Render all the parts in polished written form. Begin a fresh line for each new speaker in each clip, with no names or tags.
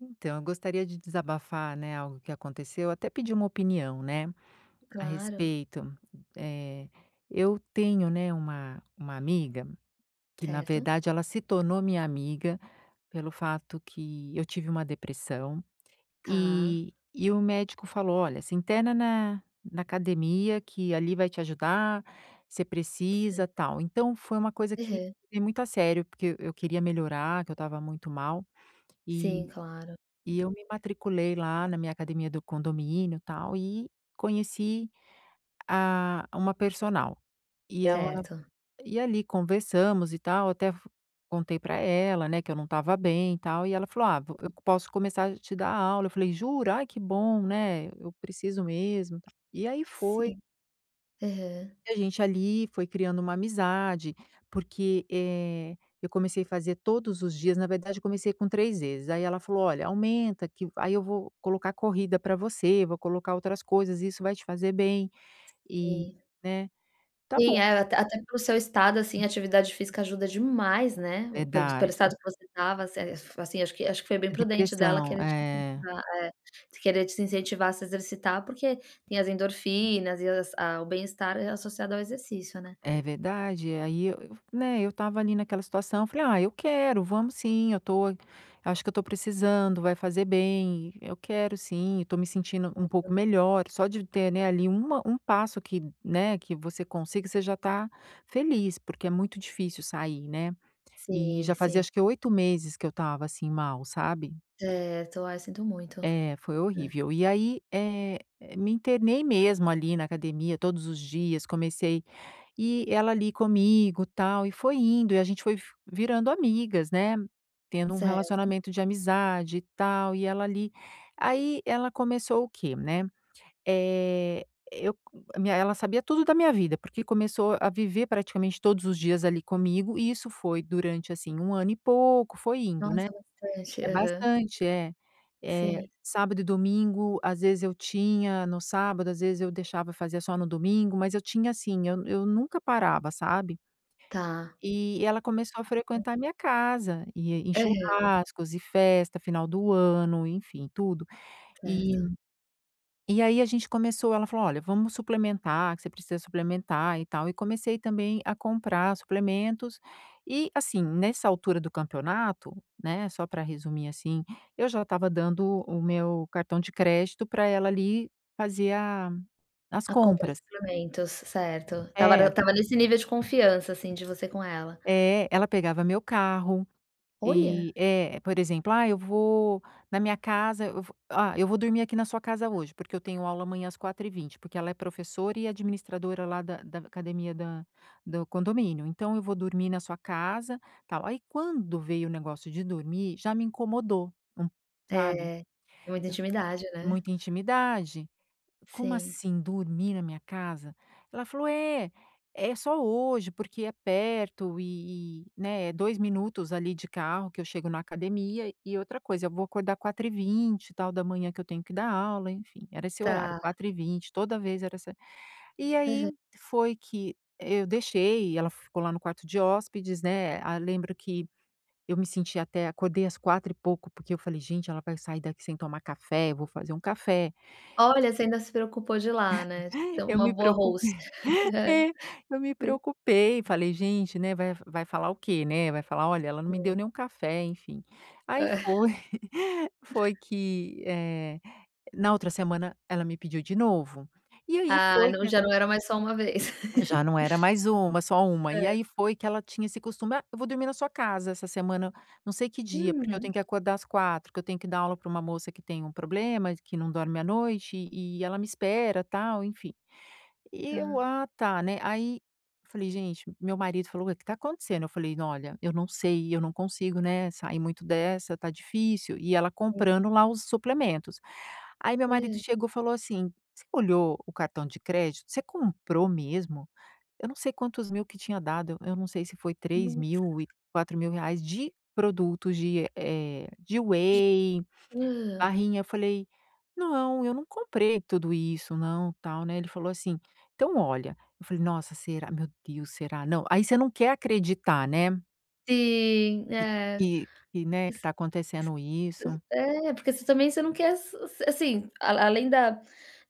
Então, eu gostaria de desabafar, né, algo que aconteceu, até pedir uma opinião, né, a
Claro,
respeito. Eh, eu tenho, né, uma amiga que, na
certo,
verdade, ela se tornou minha amiga pelo fato que eu tive uma depressão
tá,
e o médico falou: "Olha, se interna na academia que ali vai te ajudar, você precisa,
certo.
tal". Então, foi uma coisa que eu
Aham.
levei muito a sério, porque eu queria melhorar, que eu estava muito mal
Sim, claro,
e eu me matriculei lá na minha academia do condomínio, tal, e conheci a uma personal. E ela
certo.
ali conversamos e tal, até f contei para ela, né, que eu não estava bem e tal, e ela falou: "Ah, vo eu posso começar a te dar aula". Eu falei: "Jura? Ai, que bom, né, eu preciso mesmo", tal.
Sim. Aham,
E a gente ali foi criando uma amizade, porque, eu comecei a fazer todos os dias, na verdade eu comecei com 3 vezes, aí ela falou: "Olha, aumenta que aí eu vou colocar corrida para você, vou colocar outras coisas, isso vai te fazer bem", e,
sim.
né. Tá bom,
Sim, é, até pelo seu estado, assim, a atividade física ajuda demais, né,
é
o pelo
verdade.
estado que você estava, assim, assim, acho que foi bem
É
prudente dela
depressão,
querer te
é.
incentivar é, querer te incentivar a se exercitar, porque tem as endorfinas e as a o bem-estar é associado ao exercício, né.
É verdade, aí eu, né, eu tava ali naquela situação, falei: "Ah, eu quero, vamos sim, eu tô acho que eu tô precisando, vai fazer bem, eu quero sim, eu tô me sentindo um pouco melhor", só de ter, né, ali uma um passo que, né, que você consiga, você já tá feliz, porque é muito difícil sair, né. E
Sim,
já fazia
sim,
acho que 8 meses que eu tava assim mal, sabe.
certo. Ai, sinto muito,
É, foi
né.
horrível. E aí, me internei mesmo ali na academia todos os dias, comecei e ela ali comigo, tal, e foi indo, e a gente foi fi virando amigas, né, tendo um
Certo.
relacionamento de amizade e tal, e ela ali aí ela começou o quê, né, eh, eu a minha ela sabia tudo da minha vida, porque começou a viver praticamente todos os dias ali comigo, e isso foi durante, assim, um ano e pouco, foi indo, né.
Nossa, bastante.
É
Aham,
bastante, é. É
sim.
sábado e domingo, às vezes eu tinha no sábado, às vezes eu deixava fazer só no domingo, mas eu tinha assim, eu nunca parava, sabe.
Tá.
E ela começou a frequentar a minha casa, e em
Aham,
churrascos e festa, final do ano, enfim, tudo. E
certo.
aí a gente começou, ela falou: "Olha, vamos suplementar, que você precisa suplementar e tal". E comecei também a comprar suplementos e, assim, nessa altura do campeonato, né, só para resumir assim, eu já estava dando o meu cartão de crédito para ela ali fazer a as
A compra de
compras.
suplementos, certo. tava
É,
tava nesse nível de confiança, assim, de você com ela.
é, ela pegava meu carro.
Olha,
E é, por exemplo: "Ah, eu vou na minha casa, eu vou dormir aqui na sua casa hoje, porque eu tenho aula amanhã às 4h20, porque ela é professora e administradora lá da academia da do condomínio. Então eu vou dormir na sua casa", tal. Aí quando veio o negócio de dormir, já me incomodou, sabe.
é, é muita
Eu
intimidade, né.
muita intimidade. "Como
Sim,
assim, dormir na minha casa?" Ela falou: "É, é só hoje, porque é perto e né, é 2 minutos ali de carro que eu chego na academia e outra coisa, eu vou acordar 4h20 tal da manhã que eu tenho que dar aula", enfim, era esse horário,
tá.
4h20 toda vez era essa e aí foi que eu deixei, ela ficou lá no quarto de hóspedes, né, ah, lembro que eu me senti até acordei às 4 e pouco, porque eu falei: "Gente, ela vai sair daqui sem tomar café, eu vou fazer um café".
Olha, você ainda se preocupou de ir lá, né, de ser
Eu
uma
me
boa
preocupei,
host. É,
é, eu me
sim,
preocupei, falei: "Gente, né, vai falar o quê, né? Vai falar: 'Olha, ela não me deu
sim.
nem um café'", enfim. Aí
É.
foi foi que, na outra semana ela me pediu de novo. E aí
Ah,
foi que
não, já não era mais só uma vez.
já não era mais uma, só uma. E aí
É.
foi que ela tinha esse costume: "Ah, eu vou dormir na sua casa essa semana, não sei que dia, porque eu
Uhum,
tenho que acordar às quatro que eu tenho que dar aula para uma moça que tem um problema, que não dorme à noite, e ela me espera, tal", enfim. E eu:
tá.
"Ah, tá", né. Aí falei: "Gente", meu marido falou: "Ué, o que tá acontecendo?" Eu falei: "Olha, eu não sei, eu não consigo, né, sair muito dessa, tá difícil". E ela
Sim.
comprando lá os suplementos. Aí meu marido
É,
chegou, e falou assim: "Você olhou o cartão de crédito? Você comprou mesmo?" Eu não sei quantos mil que tinha dado, eu não sei se foi três
nossa.
mil e 4 mil reais de produtos de, de whey,
Hã.
barrinha. Eu falei: "Não, eu não comprei tudo isso não, tal", né. Ele falou assim: "Então olha", eu falei: "Nossa, será? Meu Deus, será?". Não, aí você não quer acreditar, né,
Sim,
que
é.
que, né, que tá acontecendo isso.
É, porque você também você não quer s s assim, a além da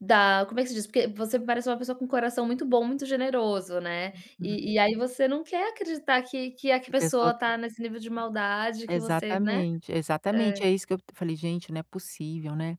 como é que se diz? Porque você parece uma pessoa com um coração muito bom, muito generoso, né.
Hum,
E aí você não quer acreditar que a que
a pessoa
pessoa tá nesse nível de maldade que você, né.
exatamente,
É.
exatamente, é isso que eu falei: "Gente, não é possível, né".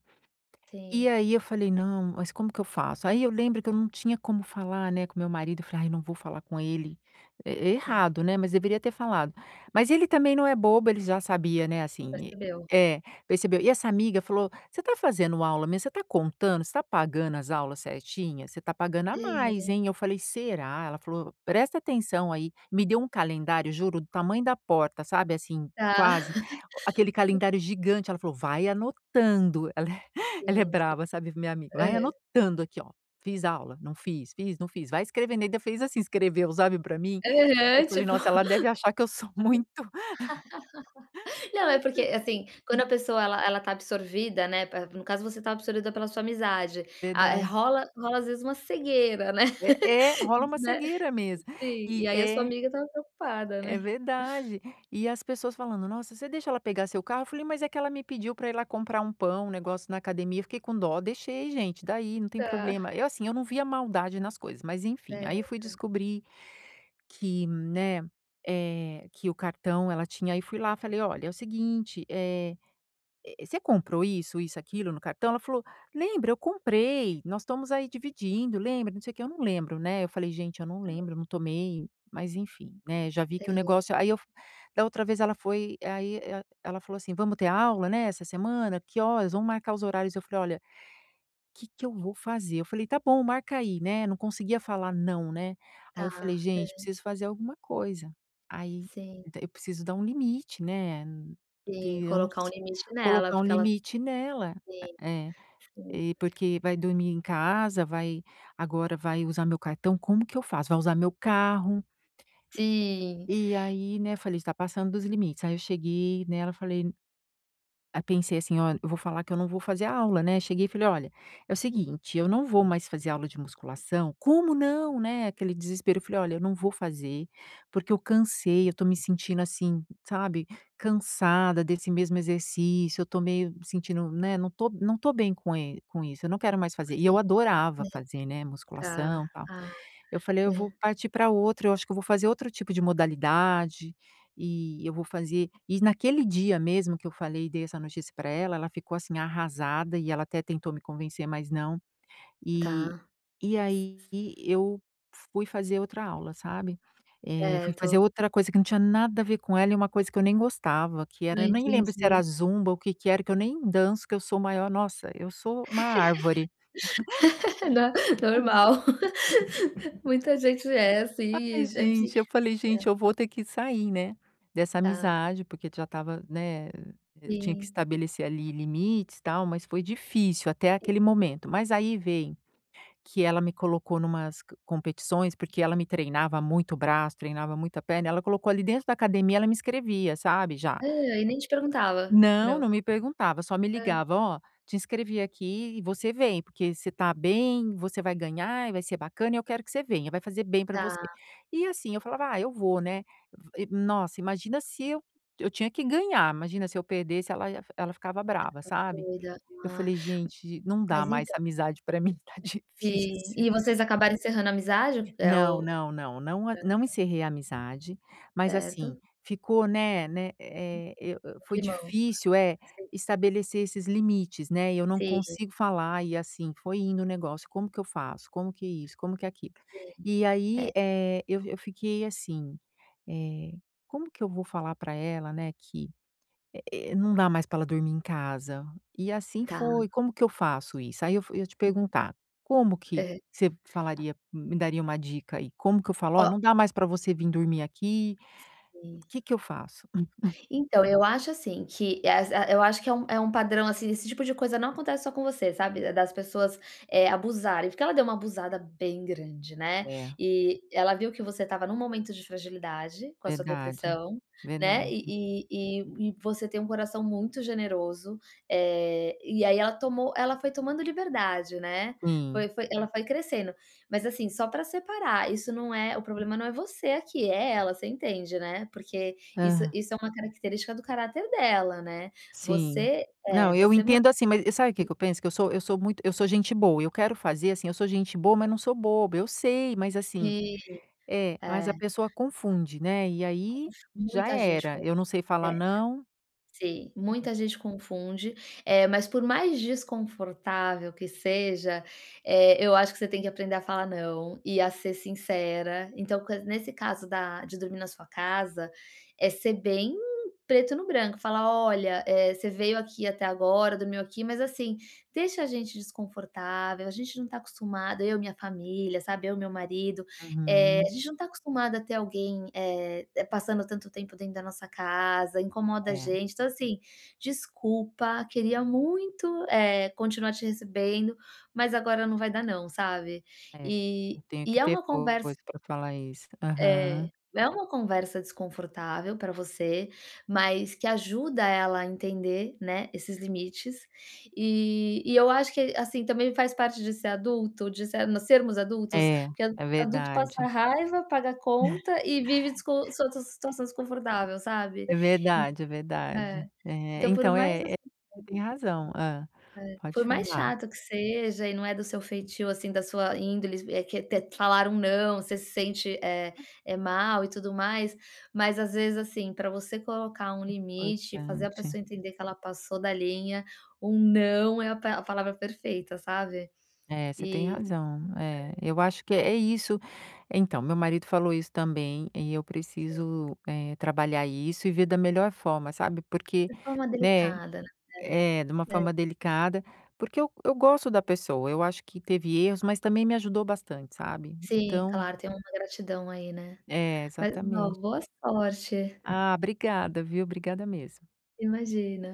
Sim,
E aí eu falei: "Não, mas como que eu faço?" Aí eu lembro que eu não tinha como falar, né, com meu marido, eu falei: "Ai, não vou falar com ele". E
tá,
errado, né, mas deveria ter falado. Mas ele também não é bobo, ele já sabia, né,
percebeu.
é, percebeu. E essa amiga falou: "Você tá fazendo aula mesmo? Você tá contando? Você tá pagando as aulas certinhas? Você tá pagando a mais,
É,
hein?" Eu falei: "Será?" Ela falou: "Presta atenção aí". Me deu um calendário, juro, do tamanho da porta, sabe, assim,
tá.
quase, aquele calendário gigante. Ela falou: "Vai anotando". Ela é
Sim.
brava, sabe, minha amiga. Vai
Aham.
anotando aqui, ó. Fiz aula, não fiz, fiz, não fiz. Vai escrevendo. Ainda fez assim, escreveu, sabe, pra mim. Eu
Aham,
falei:
tipo
"Nossa, ela deve achar que eu sou muito"
não, é
Ai,
porque,
tá-
assim, quando a pessoa ela tá absorvida, né, pa no caso você tá absorvida pela sua amizade, ah,
Verdade.
rola às vezes uma cegueira, né,
É, é, rola uma
né.
cegueira mesmo.
Sim, e
E
aí a sua
é,
amiga estava preocupada,
é
né?
verdade. E as pessoas falando: "Nossa, você deixa ela pegar seu carro?" Eu falei: "Mas é que ela me pediu pra ir lá comprar um pão, um negócio na academia". Eu fiquei com dó. Deixei, gente. Daí, não tem
Tá.
problema. Eu, assim, eu não via maldade nas coisas, mas enfim. Aí eu
É,
fui descobrir que, né, que o cartão ela tinha e fui lá, falei: "Olha, é o seguinte, você comprou isso, isso, aquilo no cartão?" Ela falou: "Lembra, eu comprei, nós estamos aí dividindo, lembra, não sei o que Eu não lembro, né, eu falei: "Gente, eu não lembro, eu não tomei", mas enfim, né, já vi que o negócio aí eu f da outra vez ela foi aí e ela falou assim: "Vamos ter aula, né, essa semana? Que horas? Vamos marcar os horários." Eu falei: "Olha". Que eu vou fazer? Eu falei: "Tá bom, marca aí", né, não conseguia falar não, né. Aí
tá.
eu falei: "Gente,
É,
preciso fazer alguma coisa". Aí
sim,
d eu preciso dar um limite, né,
sim,
que eu não
colocar um
s
limite nela,
colocar um
porque ela
limite nela.
sim,
É,
sim.
e porque vai dormir em casa, vai agora vai usar meu cartão, como que eu faço? Vai usar meu carro.
Sim,
E aí, né, falei: "Está passando dos limites". Aí eu cheguei nela, falei Aí pensei assim: ó eu vou falar que eu não vou fazer a aula, né". Cheguei e falei: "Olha, é o seguinte, eu não vou mais fazer aula de musculação". "Como não?", né, aquele desespero. Eu falei: "Olha, eu não vou fazer, porque eu cansei, eu tô me sentindo assim, sabe, cansada desse mesmo exercício, eu tô meio sentindo, né, não tô bem com isso, eu não quero mais fazer". E
sim.
eu adorava
É,
fazer, né,
tá.
musculação, tal.
Ah,
Eu falei: "Eu vou
é,
partir para outra, eu acho que eu vou fazer outro tipo de modalidade, e eu vou fazer" e naquele dia mesmo que eu falei e dei essa notícia para ela, ela ficou, assim, arrasada e ela até tentou me convencer, mas não. E
tá. C
aí eu fui fazer outra aula, sabe. Fui fazer
certo.
outra coisa que não tinha nada a ver com ela e uma coisa que eu nem gostava, que
Eu
era eu nem lembro se
entendi.
era zumba, ou o que que era, que eu nem danço, que eu sou maior nossa, eu sou uma árvore.
Nor normal. Muita gente é
Ai,
assim, deve se
gente, eu falei: "Gente, eu vou ter que sair, né, dessa
tá,
amizade", porque já estava, né, eu tinha que
sim.
estabelecer ali limites, e tal, mas foi difícil até aquele momento. Mas aí vem que ela me colocou numas c competições, porque ela me treinava muito o braço, treinava muito a perna, ela colocou ali dentro da academia, ela me inscrevia, sabe, já.
É, e nem te perguntava.
Não,
Não.
não me perguntava, só me
É,
ligava: "Ó, te inscrevi aqui e você vem, porque você tá bem, você vai ganhar e vai ser bacana e eu quero que você venha, vai fazer bem pra você".
tá,
E assim, eu falava: "Ah, eu vou, né". V nossa, imagina se eu eu tinha que ganhar, imagina se eu perdesse, ela ficava brava, sabe.
doida.
Eu
Ah,
falei: "Gente, não dá
mas
mais
então
essa amizade pra mim, tá
sim.
difícil".
E vocês acabaram encerrando a amizade? É
Não,
o
não, não, não, a não encerrei a amizade, mas
certo.
assim, ficou, foi
Climão.
difícil, é
Sim,
estabelecer esses limites, né, eu não
sim,
consigo falar e assim, foi indo o negócio, como que eu faço? Como que é isso? Como que é aquilo?
sim.
E
É,
aí, eh, eu fiquei assim, eh, como que eu vou falar para ela, né, não dá mais para ela dormir em casa. E assim
tá.
foi, como que eu faço isso? Aí eu f eu ia te perguntar, como que
Aham.
você falaria me daria uma dica aí? Como que eu falo:
Ó,
"Ó, não dá mais para você vir dormir aqui", o
sim.
que que eu faço?
Então, eu acho assim que as a eu acho que é um padrão, assim, esse tipo de coisa não acontece só com você, sabe, das pessoas, abusarem, porque ela deu uma abusada bem grande, né,
É,
e ela viu que você estava num momento de fragilidade com a sua
verdade,
depressão, né,
verdade.
e e você tem um coração muito generoso, e aí ela tomou ela foi tomando liberdade, né,
Sim.
foi ela foi crescendo. Mas assim, só para separar, isso não é o problema, não é você aqui, é ela, você entende, né, porque isso
Hã,
isso é uma característica do caráter dela, né.
sim.
Você é,
Não, eu
você man
entendo assim, mas sabe o que que eu penso? Que eu sou gente boa, eu quero fazer assim, eu sou gente boa, mas não sou boba, eu sei, mas assim
se
é, mas a
é,
pessoa confunde, né, e aí já
muita gente
era,
consegue.
eu não sei falar não.
Sim, muita gente confunde, mas por mais desconfortável que seja, eu acho que você tem que aprender a falar não e a ser sincera. Então, quan nesse caso da de dormir na sua casa, é ser bem preto no branco, falar: "Olha, você veio aqui até agora, dormiu aqui, mas assim, deixa a gente desconfortável, a gente não está acostumado, eu, minha família, sabe, eu, meu marido, a
Uhum.
gente não está acostumado a ter alguém, passando tanto tempo dentro da nossa casa, incomoda a
É,
gente. Então, assim, desculpa, queria muito, continuar te recebendo, mas agora não vai dar não, sabe.
é. Eu tenho
E
que
é
ter
uma conversa
força pra falar isso.
é,
Aham.
é uma conversa desconfortável para você, mas que ajuda ela a entender, né, esses limites. E eu acho que, assim, também faz parte de ser adulto, de ser nós sermos adultos,
É,
porque a-
é
adulto passa
verdade.
raiva, paga conta e vive descon so situação desconfortável, sabe.
É
En
verdade, é verdade.
é,
É,
então
então é é você tem razão. Ah.
por
Pode
mais
falar.
chato que seja e não é do seu feitio, assim, da sua índole, é que te falar um não, você se sente, é é mal e tudo mais, mas às vezes, assim, para você colocar um limite, fazer a
Importante.
pessoa entender que ela passou da linha, um não é a pa a palavra perfeita, sabe.
É, você tem
E
razão. É, eu acho que é isso. Então, meu marido falou isso também e eu preciso, trabalhar isso e ver da melhor forma, sabe, porque,
de forma
né.
delicada, né.
É, de uma
É, é.
forma delicada, porque eu gosto da pessoa, eu acho que teve erros, mas também me ajudou bastante, sabe.
Sim,
Então
claro, tem uma gratidão aí, né.
é,
Mas, ó,
exatamente.
boa sorte,
Ah, obrigada, viu, obrigada mesmo.
imagina.